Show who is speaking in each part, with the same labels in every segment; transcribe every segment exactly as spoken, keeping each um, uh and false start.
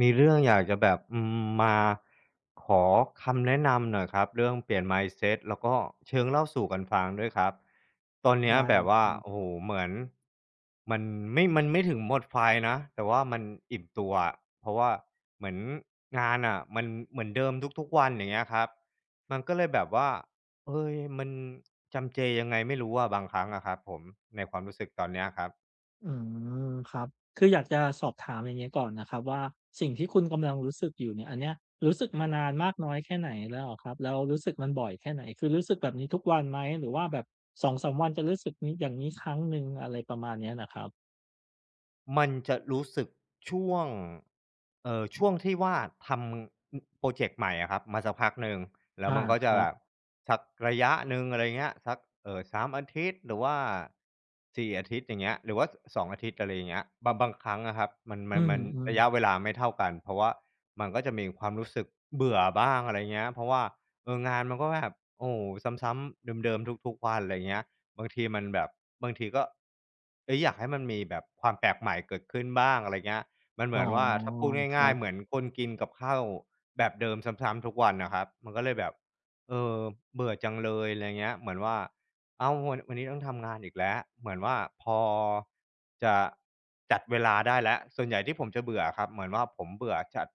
Speaker 1: มีเรื่องอยากจะแบบอืมมาขอคำแนะนำหน่อยครับเรื่องเปลี่ยน mindset แล้วก็เชิงเล่าสู่กันฟังด้วยครับตอนเนี้ย
Speaker 2: ได้
Speaker 1: แบบ
Speaker 2: ค
Speaker 1: ว่า
Speaker 2: รับ
Speaker 1: โอ้โฮเหมือนมันไม่มันไม่ถึงหมดไฟนะแต่ว่ามันอิ่มตัวอะเพราะว่าเหมือนงานอ่ะมันเหมือนเดิมทุกๆวันอย่างเงี้ยครับมันก็เลยแบบว่าเฮ้ยมันจำเจยังไงไม่รู้อะบางครั้งอะครับผมในความรู้สึกตอนเนี้ยครับ
Speaker 2: อืมครับคืออยากจะสอบถามอย่างเงี้ยก่อนนะครับว่าสิ่งที่คุณกำลังรู้สึกอยู่เนี่ยอันเนี้ยรู้สึกมานานมากน้อยแค่ไหนแล้วเหรอครับแล้วรู้สึกมันบ่อยแค่ไหนคือรู้สึกแบบนี้ทุกวันไหมหรือว่าแบบสองสามวันจะรู้สึกนี้อย่างนี้ครั้งหนึ่งอะไรประมาณเนี้ยนะครับ
Speaker 1: มันจะรู้สึกช่วงเอ่อช่วงที่ว่าทำอพรอเจกต์ใหม่อะครับมาสักพักหนึ่งแล้ว
Speaker 2: อา
Speaker 1: มันก็
Speaker 2: ค
Speaker 1: จะ
Speaker 2: รั
Speaker 1: แบบ
Speaker 2: บ
Speaker 1: สักระยะหนึ่งอะไรเงี้ยสักเอ่อสามอาทิตย์หรือว่าสี่อาทิตย์อย่างเงี้ยหรือว่าสสองอาทิตย์อะไรอย่างเงี้ยบางบางครั้งอะครับมันมั
Speaker 2: อื
Speaker 1: นมัน
Speaker 2: ม
Speaker 1: ระยะเว
Speaker 2: ๆ
Speaker 1: ลาไม่เท่ากันเพราะว่ามันก็จะมีความรู้สึกเบื่อบ้างอะไรเงี้ยเพราะว่าเอองานมันก็แบบโอ้โฮซ้ำๆเดิมๆทุกๆวันอะไรเงี้ย บางทีมันแบบบางทีก็เอ๊ยอยากให้มันมีแบบความแปลกใหม่เกิดขึ้นบ้างอะไรเงี้ยมันเห
Speaker 2: อ๋อ
Speaker 1: มือนว่าถ้าพูด
Speaker 2: ครั
Speaker 1: ง่ายๆเหมื
Speaker 2: บ
Speaker 1: อนคนกินกับข้าวแบบเดิมซ้ำๆทุกวันน่ะครับมันก็เลยแบบเออเบื่อจังเลยอะไรเงี้ยเหมือนว่าอ้าววันวันนี้ต้องทำงานอีกแล้วเหมือนว่าพอจะจัดเวลาได้แล้วส่วนใหญ่ที่ผมจะเบื่ออะครับเหมือนว่าผมเบื่อจัด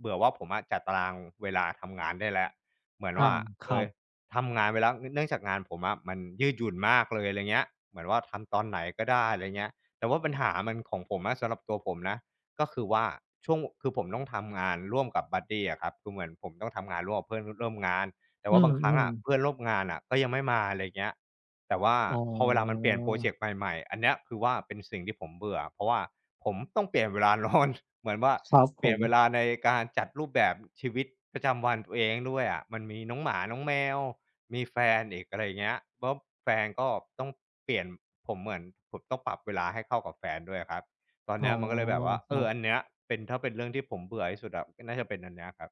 Speaker 1: เบื่อว่าผมอะจัดตารางเวลาทำงานได้แล้วเหมือน
Speaker 2: อา
Speaker 1: ว่า
Speaker 2: ค
Speaker 1: เอ
Speaker 2: รั
Speaker 1: อ
Speaker 2: บ
Speaker 1: ทำงานไปแล้วเนื่องจากงานผมอะมันยืดหยุ่นมากเลยอะไรเงี้ยเหมือนว่าทำตอนไหนก็ได้อะไรเงี้ยแต่ว่าปัญหามันของผมอะสำหรับตัวผมนะก็คือว่าช่วงคือผมต้องทำงานร่วมกับบัดดีอะครับคือเหมือนผมต้องทำงานร่วมกับเพื่อนร่วมงานแต่
Speaker 2: อื
Speaker 1: ว่าบางครั้ง
Speaker 2: ม
Speaker 1: อะ
Speaker 2: ๆ
Speaker 1: เพื่อนร่วมงานอะก็ยังไม่มาอะไรเงี้ย แต่ว่า
Speaker 2: อ๋อ
Speaker 1: พอเวลามันเปลี่ยนโปรเจกต์ใหม่ๆอันเนี้ยคือว่าเป็นสิ่งที่ผมเบื่อเพราะว่าผมต้องเปลี่ยนเวลานอน เหมือนว่า
Speaker 2: ครับ
Speaker 1: เป
Speaker 2: ผ
Speaker 1: ลี่ยน
Speaker 2: ม
Speaker 1: เวลาในการจัดรูปแบบชีวิตประจำวันตัวเองด้วยอะมันมีน้องหมาน้องแมวมีแฟนอีกอะไราเงี้ยแราะแฟนก็ต้องเปลี่ยนผมเหมือนผมต้องปรับเวลาให้เข้ากับแฟนด้วยครับตอน
Speaker 2: อ๋อ
Speaker 1: เนี้ยมันก็เลยแบบว่า
Speaker 2: ค
Speaker 1: เอ
Speaker 2: รั
Speaker 1: ออัน
Speaker 2: บ
Speaker 1: เนี้ยเป็นถ้าเป็นเรื่องที่ผมเบื่อที่สุดอะน่าจะเป็นอันเนี้ยครับ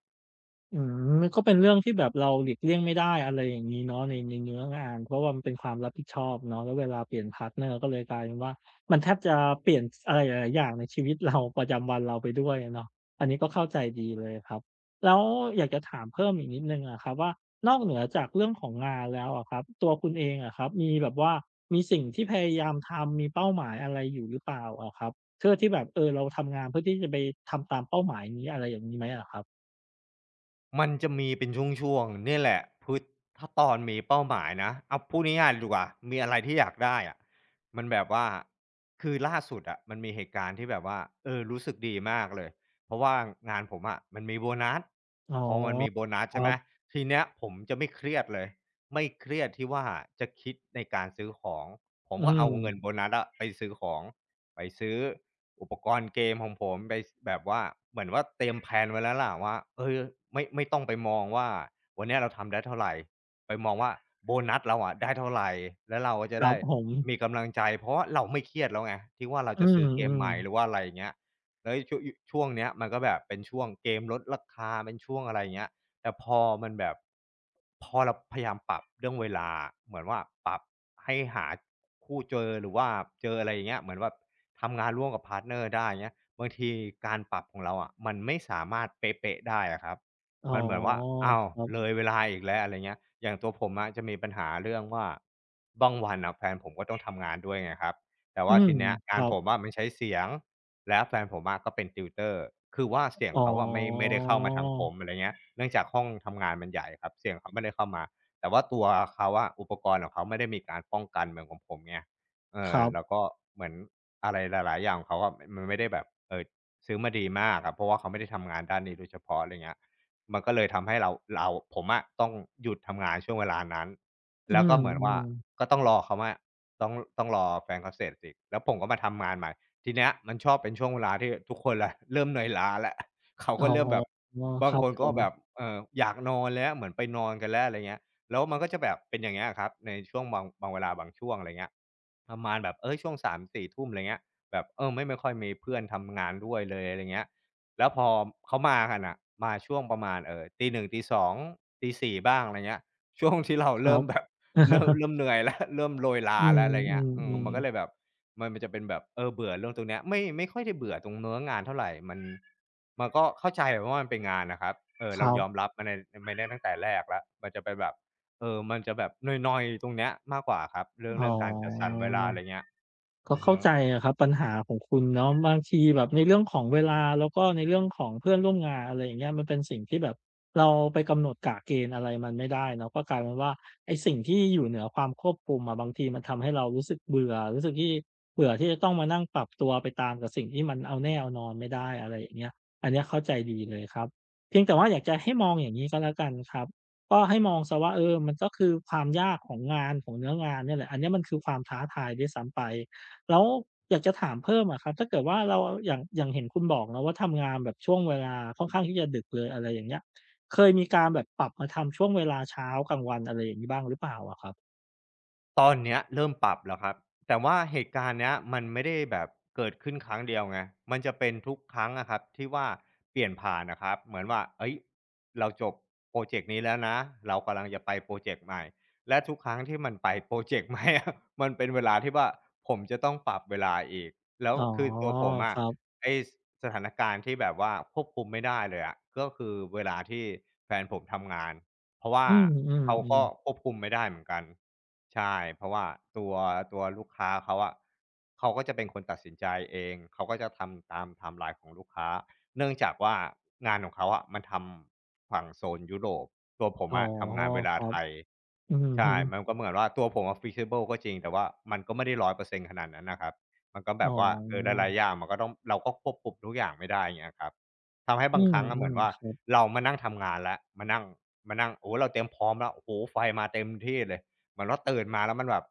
Speaker 2: อืมมันก็เป็นเรื่องที่แบบเราหลีกเลี่ยงไม่ได้อะไรอย่างงี้เนาะในในเนื้องานเพราะว่ามันเป็นความรับผิดชอบเนาะแล้วเวลาเปลี่ยนพาร์ตเนอร์ก็เลยกลายเป็นว่ามันแทบจะเปลี่ยนสอะไรหลายๆอย่างในชีวิตเราประจำวันเราไปด้วยอะเนาะอันนี้ก็เข้าใจดีเลยครับแล้วอยากจะถามเพิ่มอีกนิดหนึ่งอะครับว่านอกเหนือจากเรื่องของงานแล้วอะครับตัวคุณเองอะครับมีแบบว่ามีสิ่งที่พยายามทำมีเป้าหมายอะไรอยู่หรือเปล่าอะครับเพื่อที่แบบเออเราทำงานเพื่อที่จะไปทำตามเป้าหมายนี้อะไรอย่างงี้ไหมอะครับ
Speaker 1: มันจะมีเป็นช่วงๆเนี่ยแหละพืดถ้าตอนมีเป้าหมายนะเอาพูดง่ายๆดีกว่ามีอะไรที่อยากได้อะมันแบบว่าคือล่าสุดอะมันมีเหตุการณ์ที่แบบว่าเออรู้สึกดีมากเลยเพราะว่างานผมอะมันมีโบนัส
Speaker 2: อ๋อ
Speaker 1: พอมันมีโบนัส
Speaker 2: ครั
Speaker 1: ใช่ไหม
Speaker 2: บ
Speaker 1: ทีเนี้ยผมจะไม่เครียดเลยไม่เครียดที่ว่าจะคิดในการซื้อของผม
Speaker 2: อื
Speaker 1: ก็เอา
Speaker 2: ม
Speaker 1: เงินโบนัสอะไปซื้อของไปซื้อ อุปกรณ์เกมของผมไปแบบว่าเหมือนว่าเตรียมแพลนไว้แล้วล่ะว่าเออไม่ไม่ต้องไปมองว่าวันเนี้ยเราทำได้เท่าไรไปมองว่าโบนัสเราอะได้เท่าไรแล้วเราก็
Speaker 2: ค
Speaker 1: จะ
Speaker 2: รั
Speaker 1: ได้
Speaker 2: บผม
Speaker 1: มีกำลังใจเพราะว่าเราไม่เครียดแล้วไงที่ว่าเรา
Speaker 2: อื
Speaker 1: จะซื้อเกมให
Speaker 2: ม
Speaker 1: ม่หรือ
Speaker 2: ๆ
Speaker 1: ว่าอะไรอย่างเงี้ยแล้วช่วงยช่วงเนี้ยมันก็แบบเป็นช่วงเกมลดราคาเป็นช่วงอะไรอย่างเงี้ยแต่พอมันแบบพอเราพยายามปรับเรื่องเวลาเหมือนว่าปรับให้หาคู่เจอหรือว่าเจออะไรอย่างเงี้ยเหมือนแบบ ทำงานร่วมกับพาร์ตเนอร์ได้เงี้ยบางทีการปรับของเราอะมันไม่สามารถเป๊ะๆได้อะครับ
Speaker 2: อ๋อ
Speaker 1: มันเหมือนว่าอ้าว
Speaker 2: ครั
Speaker 1: เล
Speaker 2: บ
Speaker 1: ยเวลาอีกแล้วอะไรเงี้ยอย่างตัวผมอะจะมีปัญหาเรื่องว่าบางวันน่ะแฟนผมก็ต้องทำงานด้วยไงครับแต่
Speaker 2: อื
Speaker 1: ว่า
Speaker 2: ม
Speaker 1: ทีเนี้ย
Speaker 2: ค
Speaker 1: งาน
Speaker 2: รั
Speaker 1: ผ
Speaker 2: บ
Speaker 1: มอะมันใช้เสียงแล้วแฟนผมอะก็เป็นติวเตอร์คือว่าเสียง
Speaker 2: อ๋อ
Speaker 1: เขาอะไม่ไม่ได้เข้ามาทางผมอะไรเงี้ยเนื่องจากห้องทำงานมันใหญ่ครับเสียงเขาไม่ได้เข้ามาแต่ว่าตัวเขาอะอุปกรณ์ของเขาไม่ได้มีการป้องกันเหมือนของผมไง เอ
Speaker 2: ค
Speaker 1: อ
Speaker 2: รั
Speaker 1: แล้ว
Speaker 2: บ
Speaker 1: ก็เหมือนอะไรหลายๆอย่างของเขาอะมมันไม่ได้แบบเอ่อซื้อมาดีมากอะเพราะว่าเขาไม่ได้ทำงานด้านนี้โดยเฉพาะอะไรเงี้ยมันก็เลยทำให้เราเราผมอะต้องหยุดทำงานช่วงเวลานั้น
Speaker 2: อื
Speaker 1: แล้วก็เหมือนว่า
Speaker 2: มๆ
Speaker 1: ก็ต้องรอเขามาต้องต้องรอแฟนเขาเสร็จอีกแล้วผมก็มาทำงานใหม่ทีเนี้ยมันชอบเป็นช่วงเวลาที่ทุกคนละเริ่มเหนื่อยล้าแล้วเขา
Speaker 2: อ๋
Speaker 1: ก็
Speaker 2: อ
Speaker 1: เริ่มแบบ
Speaker 2: ค
Speaker 1: บาง
Speaker 2: รั
Speaker 1: ค
Speaker 2: บ
Speaker 1: น
Speaker 2: ผ
Speaker 1: ก็
Speaker 2: ม
Speaker 1: แบบเอ่ออยากนอนแล้วเหมือนไปนอนกันแล้วอะไรเงี้ย แล้วมันก็จะแบบเป็นอย่างเงี้ยครับในช่วงบางบางเวลาบางช่วงอะไรเงี้ยประมาณแบบเอ้ยช่วงสามสี่ทุ่มทุ่มอะไรเงี้ยแบบเออไม่ไม่ค่อยมีเพื่อนทำงานด้วยเลยอะไรเงี้ยแล้วพอเขามากันนะมาช่วงประมาณเออตีหนึ่งตีสองตีสี่บ้างอะไรเงี้ย ช่วงที่เรา
Speaker 2: ครั
Speaker 1: เริ่ม
Speaker 2: บ
Speaker 1: แบบ เริ่ม เริ่มเหนื่อยแล้ว เริ่มโรยลา
Speaker 2: อ
Speaker 1: แล้วอะไร
Speaker 2: ืม
Speaker 1: เงี้ยอืมมันก็
Speaker 2: ๆ
Speaker 1: เลย
Speaker 2: ๆ
Speaker 1: แบบมันมันจะเป็นแบบเออเบื่อเรื่องตรงเนี้ยไม่ไม่ค่อยได้เบื่อตรงเนื้องานเท่าไหรมันมันก็เข้าใจว่ามันเป็นงานนะครับเออ
Speaker 2: ค
Speaker 1: เรา
Speaker 2: รั
Speaker 1: ยอม
Speaker 2: บ
Speaker 1: รับมันในไม่ได้ตั้งแต่แรกแล้วมันจะเป็นแบบ เออมันจะแบบนอยๆตรงเนี้ยมากกว่าครับเรื่อง
Speaker 2: อ๋อ
Speaker 1: เรื่องการจัดสรรเวลาอะไรเงี้ย
Speaker 2: ก็
Speaker 1: อือ
Speaker 2: เข้า
Speaker 1: ฮึ
Speaker 2: ใจอะครับปัญหาของคุณเนาะบางทีแบบในเรื่องของเวลาแล้วก็ในเรื่องของเพื่อนร่วมงานอะไรอย่างเงี้ยมันเป็นสิ่งที่แบบเราไปกำหนดกะเกณฑ์อะไรมันไม่ได้เนาะก็กลายเป็นว่าไอ้สิ่งที่อยู่เหนือความควบคุมอะบางทีมันทำให้เรารู้สึกเบื่อรู้สึกที่เบื่อที่จะต้องมานั่งปรับตัวไปตามกับสิ่งที่มันเอาแน่เอานอนไม่ได้อะไรอย่างเงี้ยอันเนี้ยเข้าใจดีเลยครับเพียงแต่ว่าอยากจะให้มองอย่างงี้ก็แล้วกันครับก็ให้มองเสียว่าเออมันก็คือความยากของงานของเนื้องานเนี่ยแหละอันเนี้ยมันคือความท้าทายด้วยซ้ำไป แล้วอยากจะถามเพิ่มอะครับถ้าเกิดว่าเราอย่างอย่างเห็นคุณบอกเนาะว่าทำงานแบบช่วงเวลาค่อนข้างที่จะดึกเลยอะไรอย่างเงี้ยเคยมีการแบบปรับมาทำช่วงเวลาเช้ากลางวันอะไรอย่างงี้บ้างหรือเปล่าอะครับ
Speaker 1: ตอนเนี้ยเริ่มปรับแล้วครับแต่ว่าเหตุการณ์เนี้ยมันไม่ได้แบบเกิดขึ้นครั้งเดียวไงมันจะเป็นทุกครั้งอะครับที่ว่าเปลี่ยนผ่านนะครับเหมือนว่าเฮ้ยเราจบพรอเจกต์นี้แล้วนะเรากำลังจะไปพรอเจกต์ใหม่และทุกครั้งที่มันไปพรอเจกต์ใหม่ อะมันเป็นเวลาที่ว่าผมจะต้องปรับเวลาอีกแล้ว
Speaker 2: อ๋อ
Speaker 1: คือตัวผม
Speaker 2: ค
Speaker 1: อะ
Speaker 2: รับ
Speaker 1: ไอ้สสถานการณ์ที่แบบว่าควบคุมไม่ได้เลยอะก็คือเวลาที่แฟนผมทำงาน เพราะว่า
Speaker 2: อืม
Speaker 1: เขาก็
Speaker 2: ๆ
Speaker 1: ค
Speaker 2: ๆ
Speaker 1: วบคุมไม่ได้เหมือนกันใช่เพราะว่าตัวตัวลูกค้าเขาอะเขาก็จะเป็นคนตัดสินใจเองเขาก็จะทำตามไทม์ไลน์ของลูกค้าเนื่องจากว่างานของเขาอะมันทำฝั่งโซนยุโรปตัวผม
Speaker 2: อ๋อ
Speaker 1: อะทำงานเว
Speaker 2: ค
Speaker 1: ลา
Speaker 2: รับ
Speaker 1: ไทย
Speaker 2: อือ
Speaker 1: ใช่
Speaker 2: ฮึ
Speaker 1: มันก็เหมือนว่าตัวผมอะ flexible ก็จริงแต่ว่ามันก็ไม่ได้ร้อยเปอร์เซ็นต์ขนาดนั้นน่ะครับมันก็แบ
Speaker 2: อ๋อ
Speaker 1: บว่าเออหลายๆอย่างมันก็ต้องเราก็ควบคุมทุกอย่างไม่ได้อย่างเงี้ยครับ ทำให้
Speaker 2: อื
Speaker 1: บางครั้งอะเหมือ
Speaker 2: ม
Speaker 1: นว่า
Speaker 2: ๆครับ
Speaker 1: เรามานั่งทำงานแล้วมานั่งมานั่งโอ้เราเตรียมพร้อมแล้วโอ้โฮไฟมาเต็มที่เลยเหมือนว่าตื่นมาแล้วมันแบบ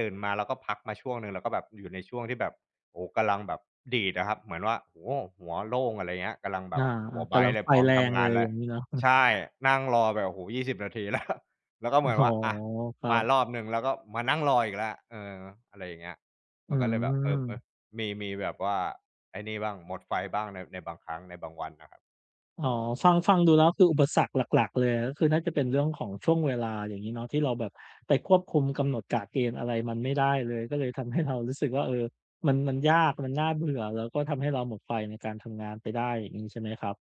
Speaker 1: ตื่นมาแล้วก็พักมาช่วงหนึ่งแล้วก็แบบอยู่ในช่วงที่แบบโอ้โฮกำลังแบบดีดอะครับเหมือนว่าโอ้โฮหัวโล่งอะไรเงี้ยกำลังแบ
Speaker 2: อา
Speaker 1: บหัว
Speaker 2: ๆ
Speaker 1: ไบร
Speaker 2: กำลั
Speaker 1: ต
Speaker 2: ง
Speaker 1: เลย
Speaker 2: ไฟ
Speaker 1: พร้อม
Speaker 2: แรง
Speaker 1: ทำ
Speaker 2: เล
Speaker 1: งาน
Speaker 2: ยอ
Speaker 1: แล้ว
Speaker 2: ย่างงี้เนาะ
Speaker 1: ใช่นั่งรอแบบโอ้โฮยี่สิบนาทีแล้ว แล้วก็เหมือน
Speaker 2: อ๋อ
Speaker 1: ว่าอะ
Speaker 2: ครั
Speaker 1: มาร
Speaker 2: บ
Speaker 1: อบหนึ่งแล้วก็มานั่งรออีกแล้วเอออะไรอย่างเงี้ย
Speaker 2: อื
Speaker 1: มันก็เลยแบบเออ
Speaker 2: ม
Speaker 1: ๆมีมีแบบว่า ไอ้นี่บ้างหมดไฟบ้างในในบางครั้งในบางวันนะครับ
Speaker 2: อ๋อฟังฟังดูแล้วคืออุปสรรคหลักๆเลยก็คือน่าจะเป็นเรื่องของช่วงเวลาอย่างงี้เนาะที่เราแบบไปควบคุมกำหนดกะเกณฑ์อะไรมันไม่ได้เลยก็เลยทำให้เรารู้สึกว่าเออมันมันยากมันน่าเบื่อแล้วก็ทำให้เราหมดไฟในการทำงานไปได้อย่างงี้ใช่ไหมครับ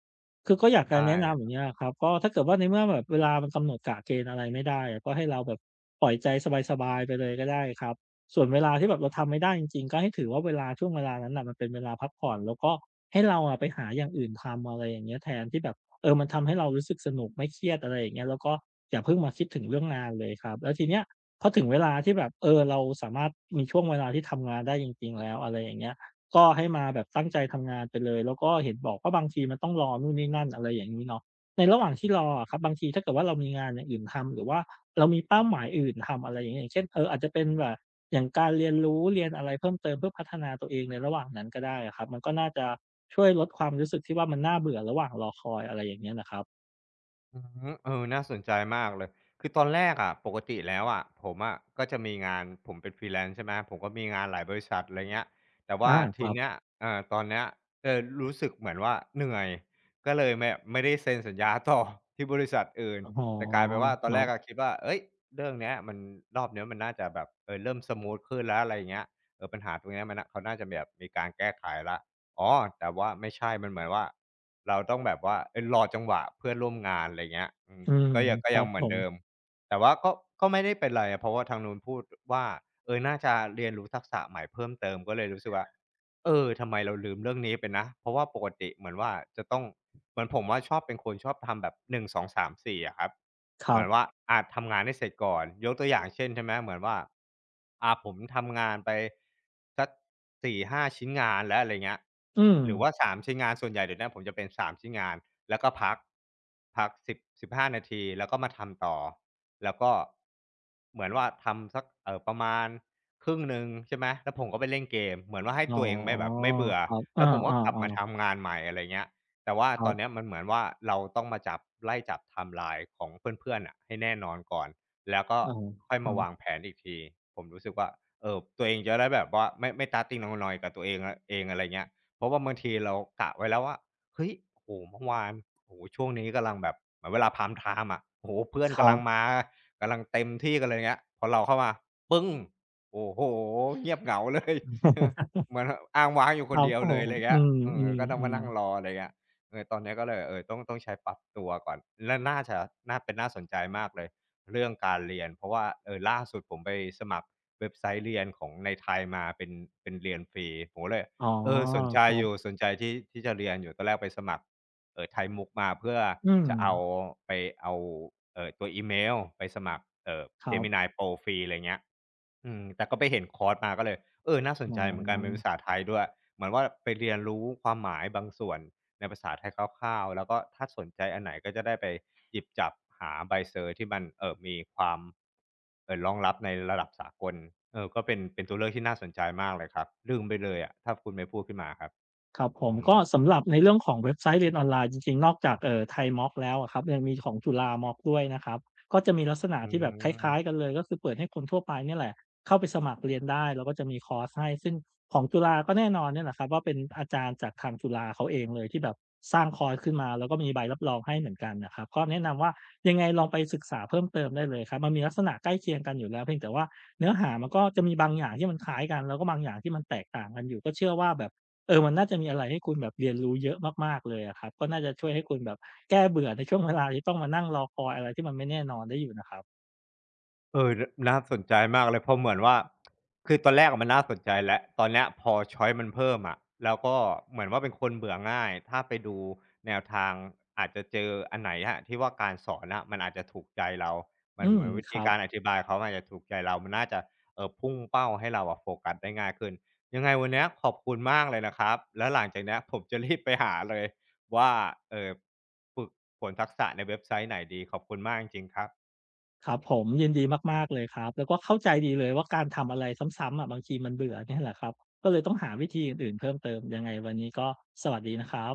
Speaker 2: คือก็อยาก
Speaker 1: ใช
Speaker 2: จะแนะนำอย่า
Speaker 1: ่
Speaker 2: งเงี้ยครับก็ถ้าเกิดว่าในเมื่อแบบเวลามันกำหนดกะเกณฑ์อะไรไม่ได้อะก็ให้เราแบบปล่อยใจสบายๆไปเลยก็ได้ครับส่วนเวลาที่แบบเราทำไม่ได้จริงๆก็ให้ถือว่าเวลาช่วงเวลานั้นน่ะมันเป็นเวลาพักผ่อนแล้วก็ ให้เราอะไปหาอย่างอื่นทำอะไรอย่างเงี้ยแทนที่แบบเออมันทำให้เรารู้สึกสนุกไม่เครียดอะไรอย่างเงี้ยแล้วก็อย่าเพิ่งมาคิดถึงเรื่องงานเลยครับแล้วทีเนี้ยพอถึงเวลาที่แบบเออเราสามารถมีช่วงเวลาที่ทำงานได้จริงๆแล้วอะไรอย่างเงี้ยก็ให้มาแบบตั้งใจทำงานไปเลยแล้วก็เห็นบอกว่าบางทีมันต้องรอนู่นนี่นั่นอะไรอย่างงี้เนาะในระหว่างที่รออะครับบางทีถ้าเกิดว่าเรามีงานอย่างอื่นทำหรือว่าเรามีเป้าหมายอื่นทำอะไรอย่างเงี้ยอย่างเช่นเอออาจจะเป็นแบบอย่างการเรียนรู้เรียนอะไรเพิ่มเติมเพื่อพัฒนาตัวเองในระหว่างนั้นก็ได้อะครับมันก็น่าจะ ช่วยลดความรู้สึกที่ว่ามันน่าเบื่อระหว่างรอคอยอะไรอย่างเงี้ยนะครับ
Speaker 1: อือฮึเออน่าสนใจมากเลยคือตอนแรกอะปกติแล้วอะผมอะก็จะมีงานผมเป็น freelance ใช่ไหมผมก็มีงานหลายบริษัทอะไรเงี้ยแต่
Speaker 2: อา
Speaker 1: ว่า
Speaker 2: ค
Speaker 1: ที
Speaker 2: รั
Speaker 1: เนี้ย
Speaker 2: บ
Speaker 1: เอ่อตอนเนี้ยเออรู้สึกเหมือนว่าเหนื่อยก็เลยแมบไม่ได้เซ็นสัญญาต่อ ที่บริษัทอื่น
Speaker 2: อ๋อ
Speaker 1: แต่กลายเป็นว่าต
Speaker 2: ค
Speaker 1: อน
Speaker 2: รั
Speaker 1: แรก
Speaker 2: บ
Speaker 1: อะคิดว่าเฮ้ยเรื่องเนี้ยมันรอบเนี้ยมันน่าจะแบบเออเริ่มสมูทขึ้นแล้วอะไรอย่างเงี้ยเออปัญหาตรงเนี้ยมันน่ะเขาน่าจะแบบมีการแก้ไขแล้ว อ๋อ แต่ว่าไม่ใช่ มันเหมือนว่าเราต้องแบบว่าเออรอจังหวะเพื่อนร่วมงานอะไรเงี้ยอืม
Speaker 2: อืม
Speaker 1: ก็ยังก็
Speaker 2: ครั
Speaker 1: ยัง
Speaker 2: บ
Speaker 1: เห
Speaker 2: ผ
Speaker 1: มือนเดิม
Speaker 2: ม
Speaker 1: แต่ว่าก็ก็ไม่ได้เป็นไรเพราะว่าทางนู้นพูดว่าเออน่าจะเรียนรู้ทักษะใหม่เพิ่มเติมก็เลยรู้สึกว่า เออทำไมเราลืมเรื่องนี้ไปนะเพราะว่าปกติเหมือนว่าจะต้องเหมือนผมว่าชอบเป็นคนชอบทำแบบหนึ่งสองสามสี่อะครับ
Speaker 2: ค
Speaker 1: เห
Speaker 2: รั
Speaker 1: มือนว่า
Speaker 2: บ
Speaker 1: อาทำงานให้เสร็จก่อนยกตัวอย่างเช่นใช่ไหมเหมือนว่าอ่าผมทำงานไปสักสี่ห้าชิ้นงานแล้วอะไรเงี้ย
Speaker 2: อืม
Speaker 1: หรือว่าสามชิ้นงานส่วนใหญ่เดี๋ยวเนี้ยผมจะเป็นสามชิ้นงานแล้วก็พักพักสิบสิบห้านาทีแล้วก็มาทำต่อแล้วก็เหมือนว่าทำสักเอ่อประมาณ ครึ่งหนึ่งใช่ไหมแล้วผมก็ไปเล่นเกมเหมือนว่าให้
Speaker 2: อ๋อ
Speaker 1: ตัวเองไม่แบบไม่เบื่อ
Speaker 2: ครับอา
Speaker 1: แล้วผมก็กลับมา
Speaker 2: ๆๆ
Speaker 1: ทำงานใหม่อะไรเงี้ยแต่ว่า
Speaker 2: ค
Speaker 1: ต
Speaker 2: รั
Speaker 1: อนเนี้
Speaker 2: บ
Speaker 1: ยมันเหมือนว่าเราต้องมาจับไล่จับไทม์ไลน์ของเพื่อนๆน่ะให้แน่นอนก่อนแล้วก็
Speaker 2: อา
Speaker 1: ค่อยมาวาง
Speaker 2: อา
Speaker 1: แผนอีกทีผมรู้สึกว่าเอ่อตัวเองจะได้แบบว่าไม่ไม่ starting นอยๆกับตัวเองอเองอะไรเงี้ยเพราะว่าบางทีเรากะไว้แล้วว่าเฮ้ยโอ้โฮเมื่อวานโอ้โฮช่วงนี้กำลังแบบเหมือนเวลา prime time อะโอ้โฮเพื่อ
Speaker 2: ค
Speaker 1: น
Speaker 2: รั
Speaker 1: กำลัง
Speaker 2: บ
Speaker 1: มากำลังเต็มที่กันเลยเงี้ยพอเราเข้ามาปึ้ง โอ้โฮเงียบเหงาเลย เออ เหมือนอ้างว้างอยู่
Speaker 2: ค
Speaker 1: ค
Speaker 2: รั
Speaker 1: น
Speaker 2: บ
Speaker 1: เดียว
Speaker 2: ผ
Speaker 1: เลย
Speaker 2: ม
Speaker 1: อะไร
Speaker 2: อื
Speaker 1: เงี้ยเออก็ต้อ
Speaker 2: ม
Speaker 1: งมา
Speaker 2: ๆ
Speaker 1: นั่ง
Speaker 2: ๆ
Speaker 1: รออะไรเงี้ยเออตอนเนี้ยก็เลยเออต้องต้องใช้ปรับตัวก่อนและน่าจะน่าเป็นน่าสนใจมากเลยเรื่องการเรียนเพราะว่าเออล่าสุดผมไปสมัครเว็บไซต์เรียนของในไทยมาเป็นเป็นเรียนฟรีผมก็เลย
Speaker 2: อ๋อ
Speaker 1: เออสนใจ
Speaker 2: ครั
Speaker 1: อยู่
Speaker 2: บ
Speaker 1: สนใจที่ที่จะเรียนอยู่ตอนแรกไปสมัคร เออใช้มุกมาเพื่อ
Speaker 2: อืม
Speaker 1: จะเอาไปเอาเออตัวอีเมลไปสมัครเออ
Speaker 2: ครั
Speaker 1: Gemini
Speaker 2: บ
Speaker 1: Pro ฟรีอะไรเงี้ยอืมแต่ก็ไปเห็นคอร์สมาก็เลยเออน่าสน
Speaker 2: อ๋อ
Speaker 1: ใจเหมือนกันเป็นภาษาไทยด้วยเหมือนว่าไปเรียนรู้ความหมายบางส่วนในภาษาไทยคร่าวๆแล้วก็ถ้าสนใจอันไหนก็จะได้ไปหยิบจับหาใบเซอร์ที่มันเออมีความเออรองรับในระดับสากลเออก็เป็นเป็นตัวเลือกที่น่าสนใจมากเลยครับลืมไปเลยอะถ้าคุณไม่พูดขึ้นมาครับ
Speaker 2: ครับผม
Speaker 1: อืม
Speaker 2: ก็สำหรับในเรื่องของเว็บไซต์เรียนออนไลน์จริงๆนอกจากเอ่อไทยม็อกแล้วอะครับยังมีของจุฬาม็อกด้วยนะครับก็จะมีลักษณะ
Speaker 1: อื
Speaker 2: ที่แบบคล้ายๆ
Speaker 1: ม
Speaker 2: กันเลยก็คือเปิดให้คนทั่วไปเนี่ยแหละเข้าไปสมัครเรียนได้แล้วก็จะมีคอร์สให้ซึ่งของจุฬาก็แน่นอนเนี่ยแหละครับว่าเป็นอาจารย์จากทางจุฬาเขาเองเลยที่แบบสร้างคอร์สขึ้นมาแล้วก็มีใบรับรองให้เหมือนกันน่ะครับก็แนะนำว่ายังไงลองไปศึกษาเพิ่มเติมได้เลยครับมันมีลักษณะใกล้เคียงกันอยู่แล้วเพียงแต่ว่าเนื้อหามันก็จะมีบางอย่างที่มันคล้ายกันแล้วก็บางอย่างที่มันแตกต่างกันอยู่ก็เชื่อว่าแบบ เออมันน่าจะมีอะไรให้คุณแบบเรียนรู้เยอะมากๆเลยอะครับก็น่าจะช่วยให้คุณแบบแก้เบื่อในช่วงเวลาที่ต้องมานั่งรอคอยอะไรที่มันไม่แน่นอนได้อยู่นะครับ
Speaker 1: เออนน่าสนใจมากเลยเพราะเหมือนว่าคือตอนแรกอะมันน่าสนใจแล้วตอนเนี้ยพอชอยซ์มันเพิ่มอะแล้วก็เหมือนว่าเป็นคนเบื่อง่ายถ้าไปดูแนวทางอาจจะเจออันไหนอะที่ว่าการสอนน่ะมันอาจจะถูกใจเรา มั
Speaker 2: อื
Speaker 1: นเห
Speaker 2: ม
Speaker 1: มือนวิ
Speaker 2: ค
Speaker 1: ธี
Speaker 2: รับ
Speaker 1: การอธิบายเขาอาจจะถูกใจเรา มันน่าจะเอ่อพุ่งเป้าให้เราอะโฟกัสได้ง่ายขึ้นยังไงวันเนี้ยขอบคุณมากเลยนะครับแล้วหลังจากเนี้ยผมจะรีบไปหาเลยว่าเอ่อฝึกฝนทักษะในเว็บไซต์ไหนดีขอบคุณมากจริงๆครับ
Speaker 2: ครับผมยินดีมากๆเลยครับแล้วก็เข้าใจดีเลยว่าการทำอะไรซ้ำๆอะบางทีมันเบื่อเนี่ยแหละครับก็เลยต้องหาวิธีอื่นๆเพิ่มเติมยังไงวันนี้ก็สวัสดีนะครับ